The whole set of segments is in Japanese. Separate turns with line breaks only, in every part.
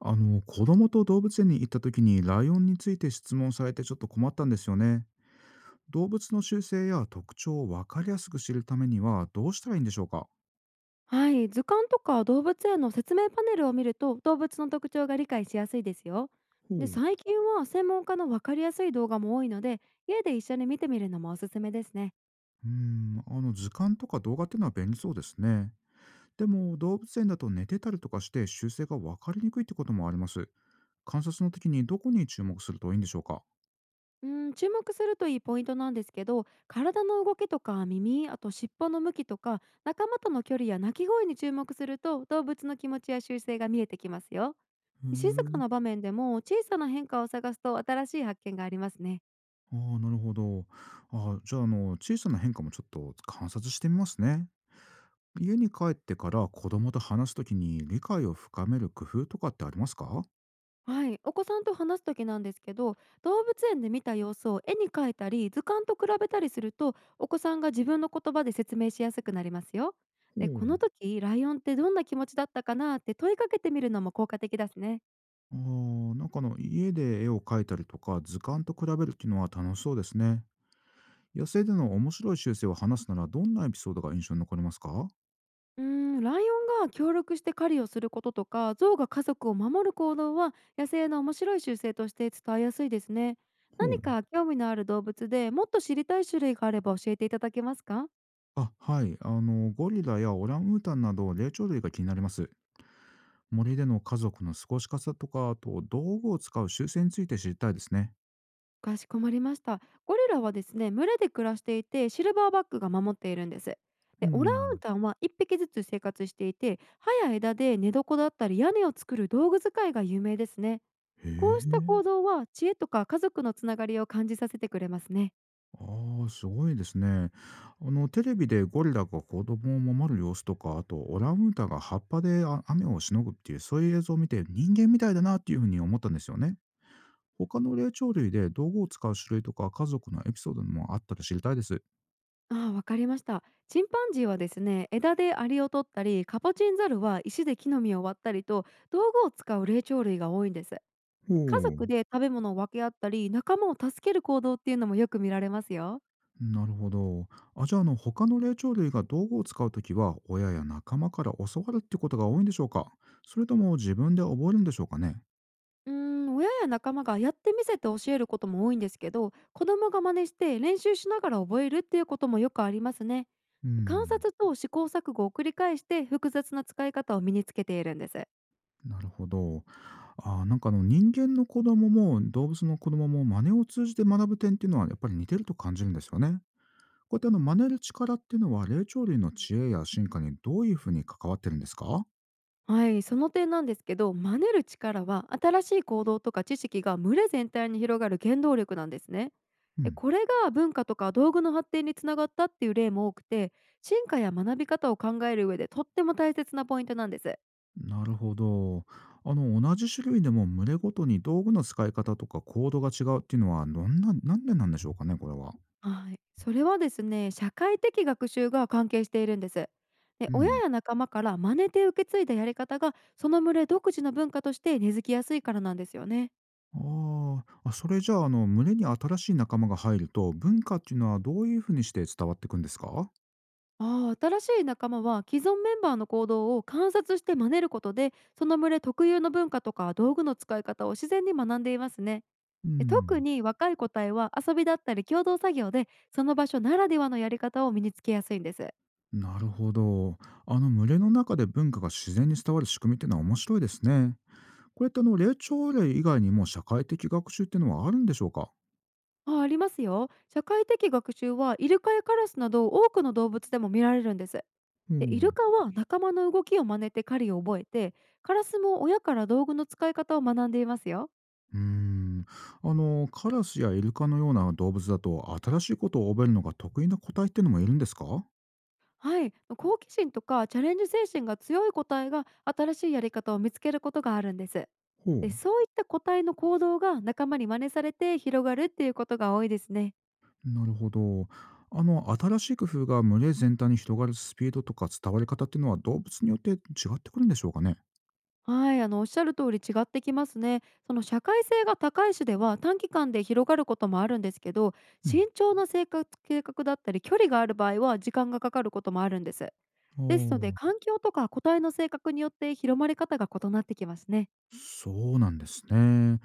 あの子供と動物園に行った時にライオンについて質問されてちょっと困ったんですよね。動物の習性や特徴を分かりやすく知るためにはどうしたらいいんでしょうか？
はい、図鑑とか動物園の説明パネルを見ると動物の特徴が理解しやすいですよ。
ほ
で、
う。
最近は専門家の分かりやすい動画も多いので、家で一緒に見てみるのもおすすめですね。
うーん、あの図鑑とか動画っていうのは便利そうですね。でも動物園だと寝てたりとかして習性が分かりにくいってこともあります。観察の時にどこに注目するといいんでしょうか？
うん、注目するといいポイントなんですけど、体の動きとか耳、あと尻尾の向きとか仲間との距離や鳴き声に注目すると動物の気持ちや習性が見えてきますよ。
へ
静か
え。
な場面でも小さな変化を探すと新しい発見がありますね。
ああ、なるほど。ああ、じゃあ、小さな変化もちょっと観察してみますね。家に帰ってから子供と話すときに理解を深める工夫とかってありますか？ほ
はい、お子さんと話す時なんですけど、動物園で見た様子を絵に描いたり図鑑と比べたりすると、お子さんが自分の言葉で説明しやすくなりますよ。
う。
で、この時ライオンってどんな気持ちだったかなって問いかけてみるのも効果的ですね。
なんかあの家で絵を描いたりとか図鑑と比べるっていうのは楽しそうですね。野生での面白い習性を話すならどんなエピソードが印象に残りますか？
うーライオンが協力して狩りをすることとか、ゾウが家族を守る行動は野生の面白い習性として伝えやすいですね。
ほう。
何か興味のある動物でもっと知りたい種類があれば教えていただけますか？
はい、ゴリラやオランウータンなど霊長類が気になります。森での家族の過ごし方とかあと道具を使う習性について知りたいですね。
かしこまりました。ゴリラはですね、群れで暮らしていて、シルバーバックが守っているんです。
う
で、オランウー
ん。
タンは一匹ずつ生活していて、葉や枝で寝床だったり屋根を作る道具使いが有名ですね。
へ
こうした行
え。
動は知恵とか家族のつながりを感じさせてくれますね。
ああ、すごいですね。テレビでゴリラが子供を守る様子とか、あとオランウータンが葉っぱで雨をしのぐっていう、そういう映像を見て人間みたいだなっていうふうに思ったんですよね。他の霊長類で道具を使う種類とか家族のエピソードもあったら知りたいです。
ああ、わかりました。チンパンジーはですね、枝でアリを取ったり、カポチンザルは石で木の実を割ったりと、道具を使う霊長類が多いんです。
ほ
家
う。
族で食べ物を分け合ったり、仲間を助ける行動っていうのもよく見られますよ。
なるほど。じゃあ、他の霊長類が道具を使うときは、親や仲間から教わるってことが多いんでしょうか？それとも自分で覚えるんでしょうかね？
親や仲間がやってみせて教えることも多いんですけど、子供が真似して練習しながら覚えるっていうこともよくありますね。
う
観
ん。
察と試行錯誤を繰り返して複雑な使い方を身につけているんです。
なるほど。なんかあの人間の子供も動物の子供も真似を通じて学ぶ点っていうのはやっぱり似てると感じるんですよね。こうやってあの真似る力っていうのは霊長類の知恵や進化にどういうふうに関わってるんですか？
はい、その点なんですけど、真似る力は新しい行動とか知識が群れ全体に広がる原動力なんですね。
うん。
これが文化とか道具の発展につながったっていう例も多くて、進化や学び方を考える上でとっても大切なポイントなんです。
なるほど。あの同じ種類でも群れごとに道具の使い方とか行動が違うっていうのはどんな、なんでなんでしょうかね、これは？
はい、それはですね、社会的学習が関係しているんです。で、
う
親
ん。
や仲間から真似て受け継いだやり方が、その群れ独自の文化として根付きやすいからなんですよね。
それじゃああの群れに新しい仲間が入ると文化っていうのはどういうふうにして伝わっていくんですか？
ああ、新しい仲間は既存メンバーの行動を観察して真似ることで、その群れ特有の文化とか道具の使い方を自然に学んでいますね。
う
で、特
ん。
に若い個体は遊びだったり共同作業で、その場所ならではのやり方を身につけやすいんです。
なるほど。あの群れの中で文化が自然に伝わる仕組みっていうのは面白いですね。これってあの霊長類以外にも社会的学習っていうのはあるんでしょうか？
あ、ありますよ。社会的学習はイルカやカラスなど多くの動物でも見られるんです。
ほう
で、イ
ん、
ル
う
カは仲間の動きを真似て狩りを覚えて、カラスも親から道具の使い方を学んでいますよ。
ーん。あのカラスやイルカのような動物だと新しいことを覚えるのが得意な個体っていうのもいるんですか？ほ
はい、好奇心とかチャレンジ精神が強い個体が新しいやり方を見つけることがあるんです。
う。
で、そういった個体の行動が仲間に真似されて広がるっていうことが多いですね。
なるほど。あの新しい工夫が群れ全体に広がるスピードとか伝わり方っていうのは動物によって違ってくるんでしょうかね？
はい、あのおっしゃる通り違ってきますね。その社会性が高い種では短期間で広がることもあるんですけど、
うん。
慎重な生活計画だったり距離がある場合は時間がかかることもあるんです。
あ
ですので、
あ。
環境とか個体の性格によって広まり方が異なってきますね。
そうなんですね。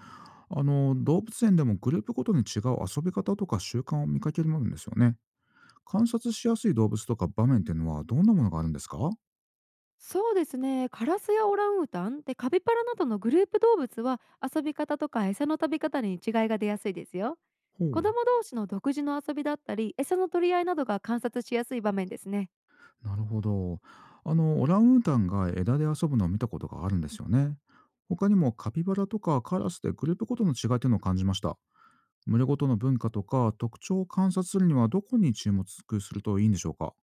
あの動物園でもグループごとに違う遊び方とか習慣を見かけるものですよね。観察しやすい動物とか場面っていうのはどんなものがあるんですか？ほ
そうですね。カラスやオランウータンでカピパラなどのグループ動物は遊び方とか餌の食べ方に違いが出やすいですよ。
う。
子供同士の独自の遊びだったり餌の取り合いなどが観察しやすい場面ですね。
なるほど。あのオランウータンが枝で遊ぶのを見たことがあるんですよね。他にもカピバラとかカラスでグループごとの違いっていうのを感じました。群れごとの文化とか特徴を観察するにはどこに注目するといいんでしょうか？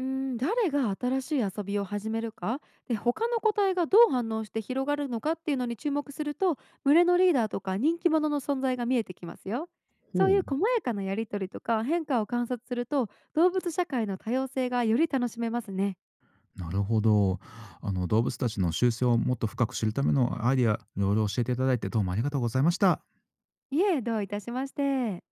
誰が新しい遊びを始めるかで、他の個体がどう反応して広がるのかっていうのに注目すると、群れのリーダーとか人気者の存在が見えてきますよ。
ほ
そうい
う。
う細やかなやり取りとか変化を観察すると、動物社会の多様性がより楽しめますね。
なるほど。あの動物たちの習性をもっと深く知るためのアイディア、いろいろ教えていただいてどうもありがとうございました。
いえ、どういたしまして。